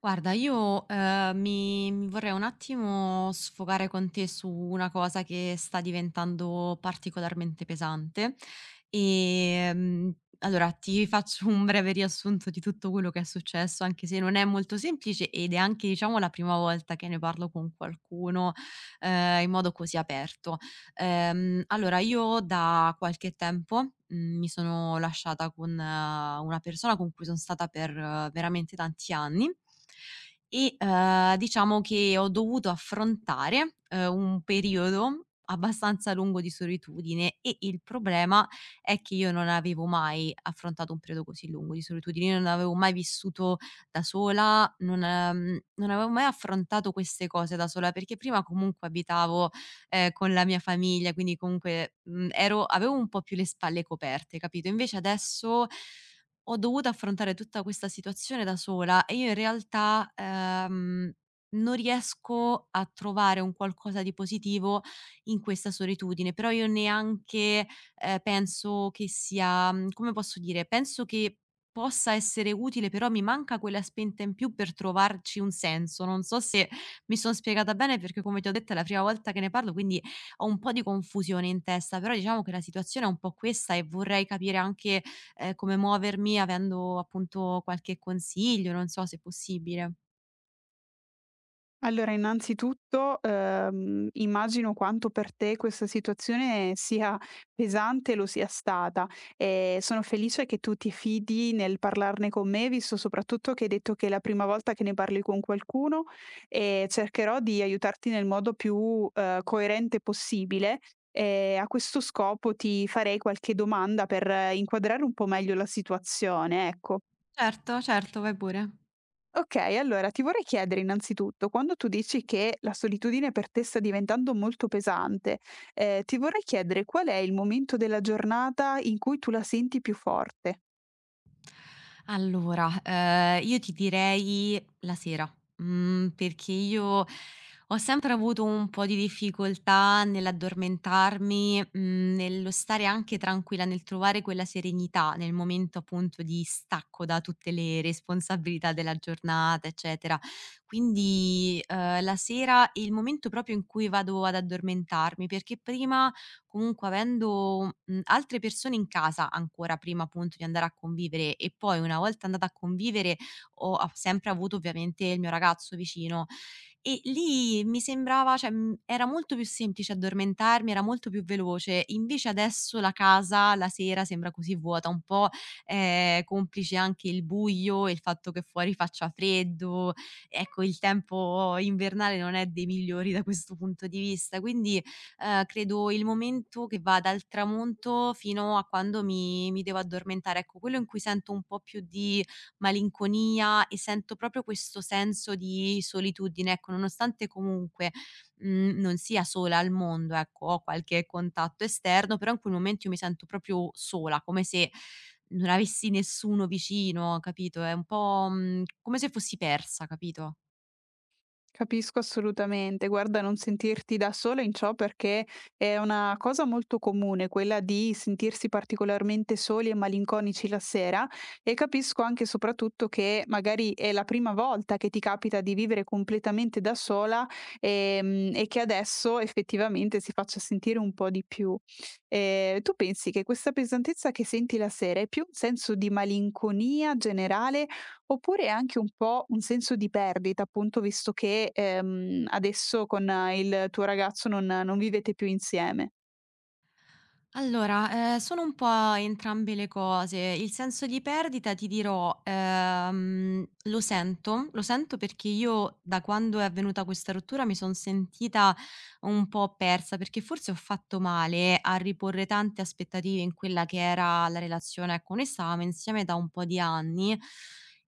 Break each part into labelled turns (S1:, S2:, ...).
S1: Guarda, io, mi vorrei un attimo sfogare con te su una cosa che sta diventando particolarmente pesante. Ehm, allora ti faccio un breve riassunto di tutto quello che è successo, anche se non è molto semplice ed è anche, diciamo, la prima volta che ne parlo con qualcuno, in modo così aperto. Allora io da qualche tempo, mi sono lasciata con una persona con cui son stata per veramente tanti anni e, diciamo che ho dovuto affrontare, un periodo abbastanza lungo di solitudine, e il problema è che io non avevo mai affrontato un periodo così lungo di solitudine, io non avevo mai vissuto da sola, non, non avevo mai affrontato queste cose da sola, perché prima comunque abitavo con la mia famiglia, quindi comunque, ero avevo un po' più le spalle coperte, capito, invece adesso ho dovuto affrontare tutta questa situazione da sola e io in realtà, non riesco a trovare un qualcosa di positivo in questa solitudine, però io neanche, penso che sia come posso dire, penso che possa essere utile, però mi manca quella spinta in più per trovarci un senso. Non so se mi sono spiegata bene perché, come ti ho detto, è la prima volta che ne parlo, quindi ho un po' di confusione in testa, però diciamo che la situazione è un po' questa e vorrei capire anche, come muovermi avendo appunto qualche consiglio, non so se è possibile.
S2: Allora, innanzitutto, immagino quanto per te questa situazione sia pesante e lo sia stata e sono felice che tu ti fidi nel parlarne con me, visto soprattutto che hai detto che è la prima volta che ne parli con qualcuno e cercherò di aiutarti nel modo più, coerente possibile. E a questo scopo ti farei qualche domanda per inquadrare un po' meglio la situazione, ecco.
S1: Certo, certo, vai pure.
S2: Okay, allora ti vorrei chiedere innanzitutto, quando tu dici che la solitudine per te sta diventando molto pesante, ti vorrei chiedere qual è il momento della giornata in cui tu la senti più forte?
S1: Allora, io ti direi la sera, perché io ho sempre avuto un po' di difficoltà nell'addormentarmi, nello stare anche tranquilla, nel trovare quella serenità nel momento appunto di stacco da tutte le responsabilità della giornata, eccetera. Quindi, la sera è il momento proprio in cui vado ad addormentarmi, perché prima comunque avendo, altre persone in casa ancora prima appunto di andare a convivere e poi una volta andata a convivere ho av sempre avuto ovviamente il mio ragazzo vicino e lì mi sembrava cioè, era molto più semplice addormentarmi, era molto più veloce. Invece adesso la casa la sera sembra così vuota, un po', complice anche il buio e il fatto che fuori faccia freddo, ecco il tempo invernale non è dei migliori da questo punto di vista. Quindi credo il momento che va dal tramonto fino a quando mi devo addormentare. Ecco, quello in cui sento un po' più di malinconia e sento proprio questo senso di solitudine, ecco, nonostante comunque, non sia sola al mondo, ecco, ho qualche contatto esterno, però in quel momento io mi sento proprio sola, come se non avessi nessuno vicino, capito? È un po', come se fossi persa, capito?
S2: Capisco assolutamente. Guarda, non sentirti da sola in ciò perché è una cosa molto comune quella di sentirsi particolarmente soli e malinconici la sera e capisco anche e soprattutto che magari è la prima volta che ti capita di vivere completamente da sola e, che adesso effettivamente si faccia sentire un po' di più. Tu pensi che questa pesantezza che senti la sera è più un senso di malinconia generale? Oppure anche un po' un senso di perdita, appunto, visto che, adesso con il tuo ragazzo non vivete più insieme.
S1: Allora, sono un po' entrambe le cose. Il senso di perdita, ti dirò, lo sento perché io da quando è avvenuta questa rottura mi son sentita un po' persa, perché forse ho fatto male a riporre tante aspettative in quella che era la relazione. Ecco, noi stavamo insieme da un po' di anni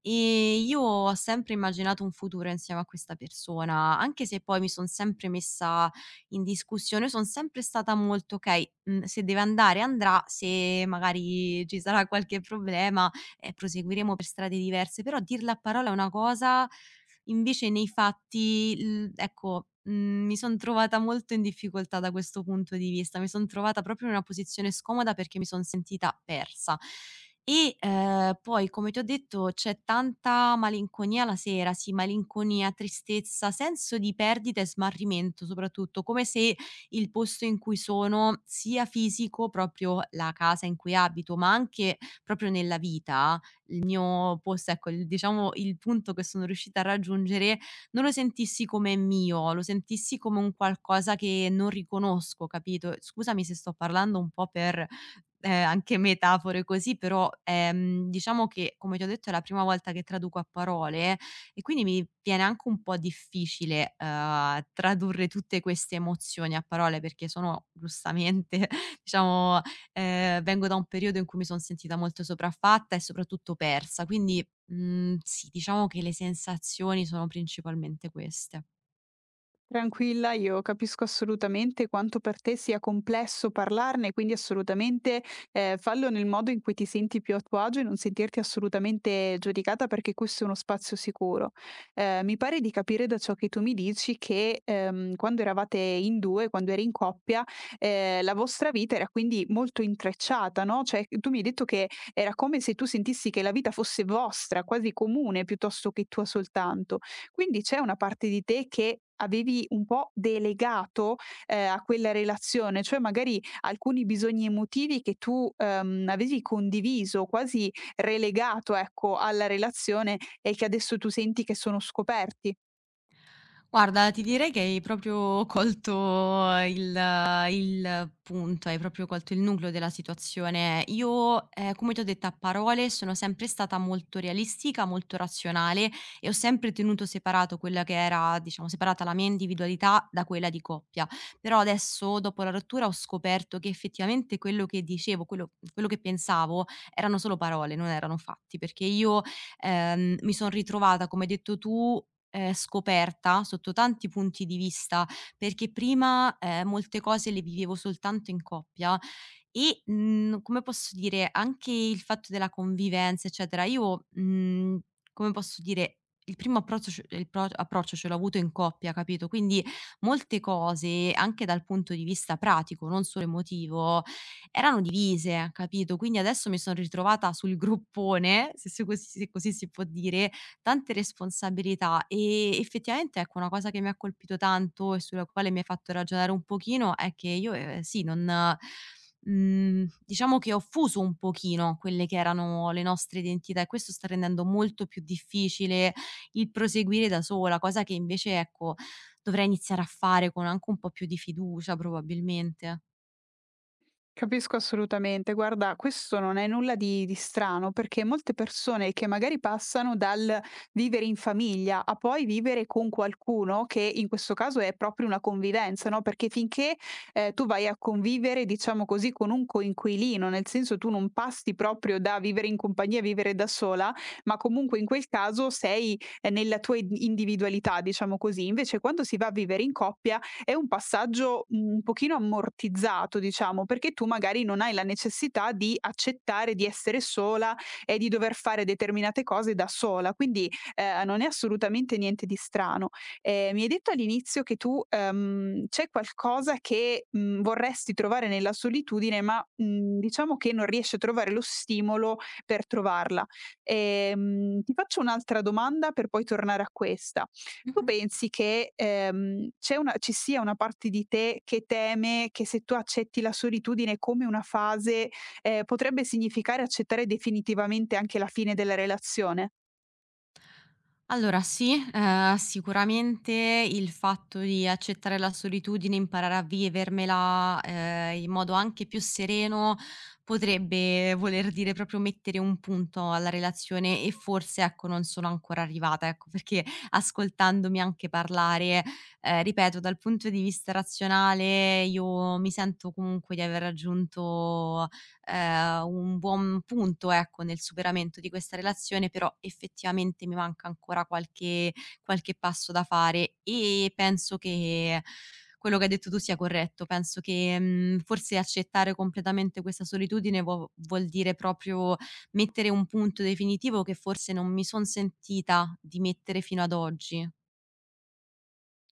S1: e io ho sempre immaginato un futuro insieme a questa persona, anche se poi mi son sempre messa in discussione. Io son sempre stata molto: "Okay, se deve andare andrà, se magari ci sarà qualche problema, proseguiremo per strade diverse", però dirla a parole è una cosa. Invece nei fatti, l ecco, mi son trovata molto in difficoltà da questo punto di vista. Mi son trovata proprio in una posizione scomoda perché mi son sentita persa. E, poi come ti ho detto c'è tanta malinconia la sera, sì, malinconia, tristezza, senso di perdita e smarrimento soprattutto, come se il posto in cui sono, sia fisico, proprio la casa in cui abito, ma anche proprio nella vita il mio posto, ecco, il diciamo il punto che sono riuscita a raggiungere, non lo sentissi come mio, lo sentissi come un qualcosa che non riconosco, capito? Scusami se sto parlando un po' per, anche metafore così, però, diciamo che, come ti ho detto, è la prima volta che traduco a parole e quindi mi viene anche un po' difficile, tradurre tutte queste emozioni a parole perché sono giustamente diciamo. Vengo da un periodo in cui mi son sentita molto sopraffatta e soprattutto persa, quindi, sì, diciamo che le sensazioni sono principalmente queste.
S2: Tranquilla, io capisco assolutamente quanto per te sia complesso parlarne, quindi assolutamente fallo nel modo in cui ti senti più a tuo agio e non sentirti assolutamente giudicata perché questo è uno spazio sicuro. Mi pare di capire da ciò che tu mi dici che quando eravate in due, quando eri in coppia, la vostra vita era quindi molto intrecciata, no? Cioè tu mi hai detto che era come se tu sentissi che la vita fosse vostra, quasi comune, piuttosto che tua soltanto. Quindi c'è una parte di te che avevi un po' delegato, a quella relazione, cioè magari alcuni bisogni emotivi che tu, avevi condiviso, quasi relegato, ecco, alla relazione e che adesso tu senti che sono scoperti.
S1: Guarda, ti direi che hai proprio colto il punto, hai proprio colto il nucleo della situazione. Io, come ti ho detto a parole, sono sempre stata molto realistica, molto razionale e ho sempre tenuto separato quella che era diciamo, separata la mia individualità da quella di coppia. Però adesso, dopo la rottura, ho scoperto che effettivamente quello che dicevo, quello che pensavo erano solo parole, non erano fatti, perché io, mi son ritrovata, come hai detto tu, scoperta sotto tanti punti di vista, perché prima, molte cose le vivevo soltanto in coppia e, come posso dire, anche il fatto della convivenza, eccetera, io, come posso dire, il primo approccio ce il pro approccio ce l'ho avuto in coppia, capito, quindi molte cose, anche dal punto di vista pratico, non solo emotivo, erano divise, capito, quindi adesso mi son ritrovata sul groppone, se così si può dire, tante responsabilità, effettivamente ecco una cosa che mi ha colpito tanto e sulla quale mi hai fatto ragionare un pochino è che io, sì non diciamo che ho fuso un pochino quelle che erano le nostre identità e questo sta rendendo molto più difficile il proseguire da sola, cosa che invece ecco dovrei iniziare a fare con anche un po' più di fiducia probabilmente.
S2: Capisco assolutamente. Guarda, questo non è nulla di strano perché molte persone che magari passano dal vivere in famiglia a poi vivere con qualcuno, che in questo caso è proprio una convivenza, no? Perché finché tu vai a convivere, diciamo così, con un coinquilino, nel senso tu non passi proprio da vivere in compagnia a vivere da sola, ma comunque in quel caso sei nella tua individualità, diciamo così. Invece quando si va a vivere in coppia, è un passaggio un pochino ammortizzato, diciamo, perché tu magari non hai la necessità di accettare di essere sola e di dover fare determinate cose da sola, quindi, non è assolutamente niente di strano. Mi hai detto all'inizio che tu, c'è qualcosa che, vorresti trovare nella solitudine, ma, diciamo che non riesci a trovare lo stimolo per trovarla. Ti faccio un'altra domanda per poi tornare a questa. Tu
S1: Mh-mh.
S2: pensi che, c'è una ci sia una parte di te che teme che se tu accetti la solitudine come una fase, potrebbe significare accettare definitivamente anche la fine della relazione?
S1: Allora sì, sicuramente il fatto di accettare la solitudine, imparare a vivermela, in modo anche più sereno, potrebbe voler dire proprio mettere un punto alla relazione e forse, ecco, non sono ancora arrivata, ecco, perché ascoltandomi anche parlare, ripeto, dal punto di vista razionale io mi sento comunque di aver raggiunto un buon punto, ecco, nel superamento di questa relazione, però effettivamente mi manca ancora qualche qualche passo da fare e penso che quello che hai detto tu sia corretto. Penso che, forse accettare completamente questa solitudine vuol dire proprio mettere un punto definitivo che forse non mi son sentita di mettere fino ad oggi.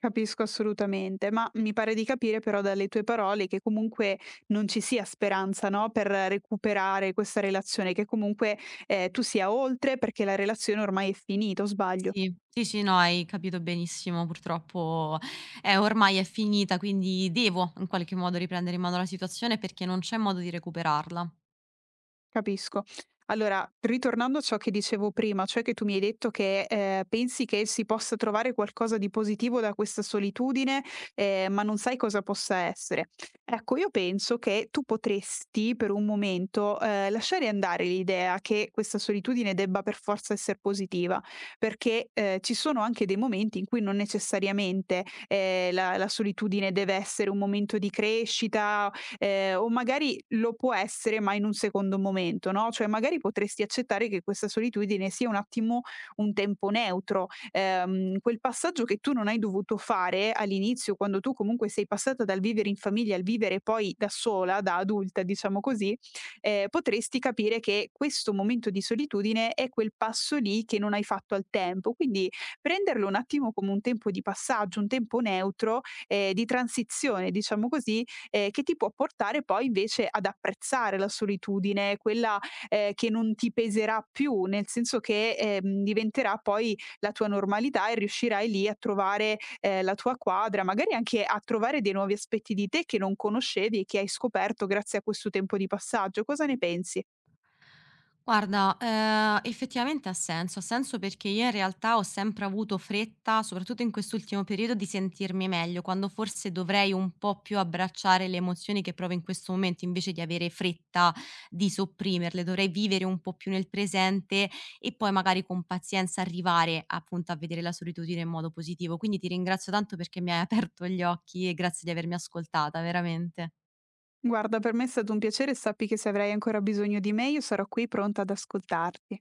S2: Capisco assolutamente, ma mi pare di capire però dalle tue parole che comunque non ci sia speranza, no, per recuperare questa relazione, che comunque, tu sia oltre perché la relazione ormai è finita, o sbaglio?
S1: Sì, sì, sì, no, hai capito benissimo. Purtroppo, ormai è finita, quindi devo in qualche modo riprendere in mano la situazione perché non c'è modo di recuperarla.
S2: Capisco. Allora, ritornando a ciò che dicevo prima, cioè che tu mi hai detto che pensi che si possa trovare qualcosa di positivo da questa solitudine, ma non sai cosa possa essere. Ecco, io penso che tu potresti per un momento lasciare andare l'idea che questa solitudine debba per forza essere positiva, perché ci sono anche dei momenti in cui non necessariamente la solitudine deve essere un momento di crescita o magari lo può essere, ma in un secondo momento, no, cioè magari potresti accettare che questa solitudine sia un attimo un tempo neutro, quel passaggio che tu non hai dovuto fare all'inizio, quando tu comunque sei passata dal vivere in famiglia al vivere poi da sola, da adulta diciamo così, potresti capire che questo momento di solitudine è quel passo lì che non hai fatto al tempo. Quindi prenderlo un attimo come un tempo di passaggio, un tempo neutro, di transizione diciamo così, che ti può portare poi invece ad apprezzare la solitudine, quella, che non ti peserà più, nel senso che, diventerà poi la tua normalità e riuscirai lì a trovare, la tua quadra, magari anche a trovare dei nuovi aspetti di te che non conoscevi e che hai scoperto grazie a questo tempo di passaggio. Cosa ne pensi?
S1: Guarda, effettivamente ha senso. Ha senso perché io in realtà ho sempre avuto fretta, soprattutto in quest'ultimo periodo, di sentirmi meglio, quando forse dovrei un po' più abbracciare le emozioni che provo in questo momento, invece di avere fretta di sopprimerle. Dovrei vivere un po' più nel presente e poi magari con pazienza arrivare, appunto, a vedere la solitudine in modo positivo. Quindi ti ringrazio tanto perché mi hai aperto gli occhi e grazie di avermi ascoltata, veramente.
S2: Guarda, per me è stato un piacere e sappi che se avrai ancora bisogno di me, io sarò qui pronta ad ascoltarti.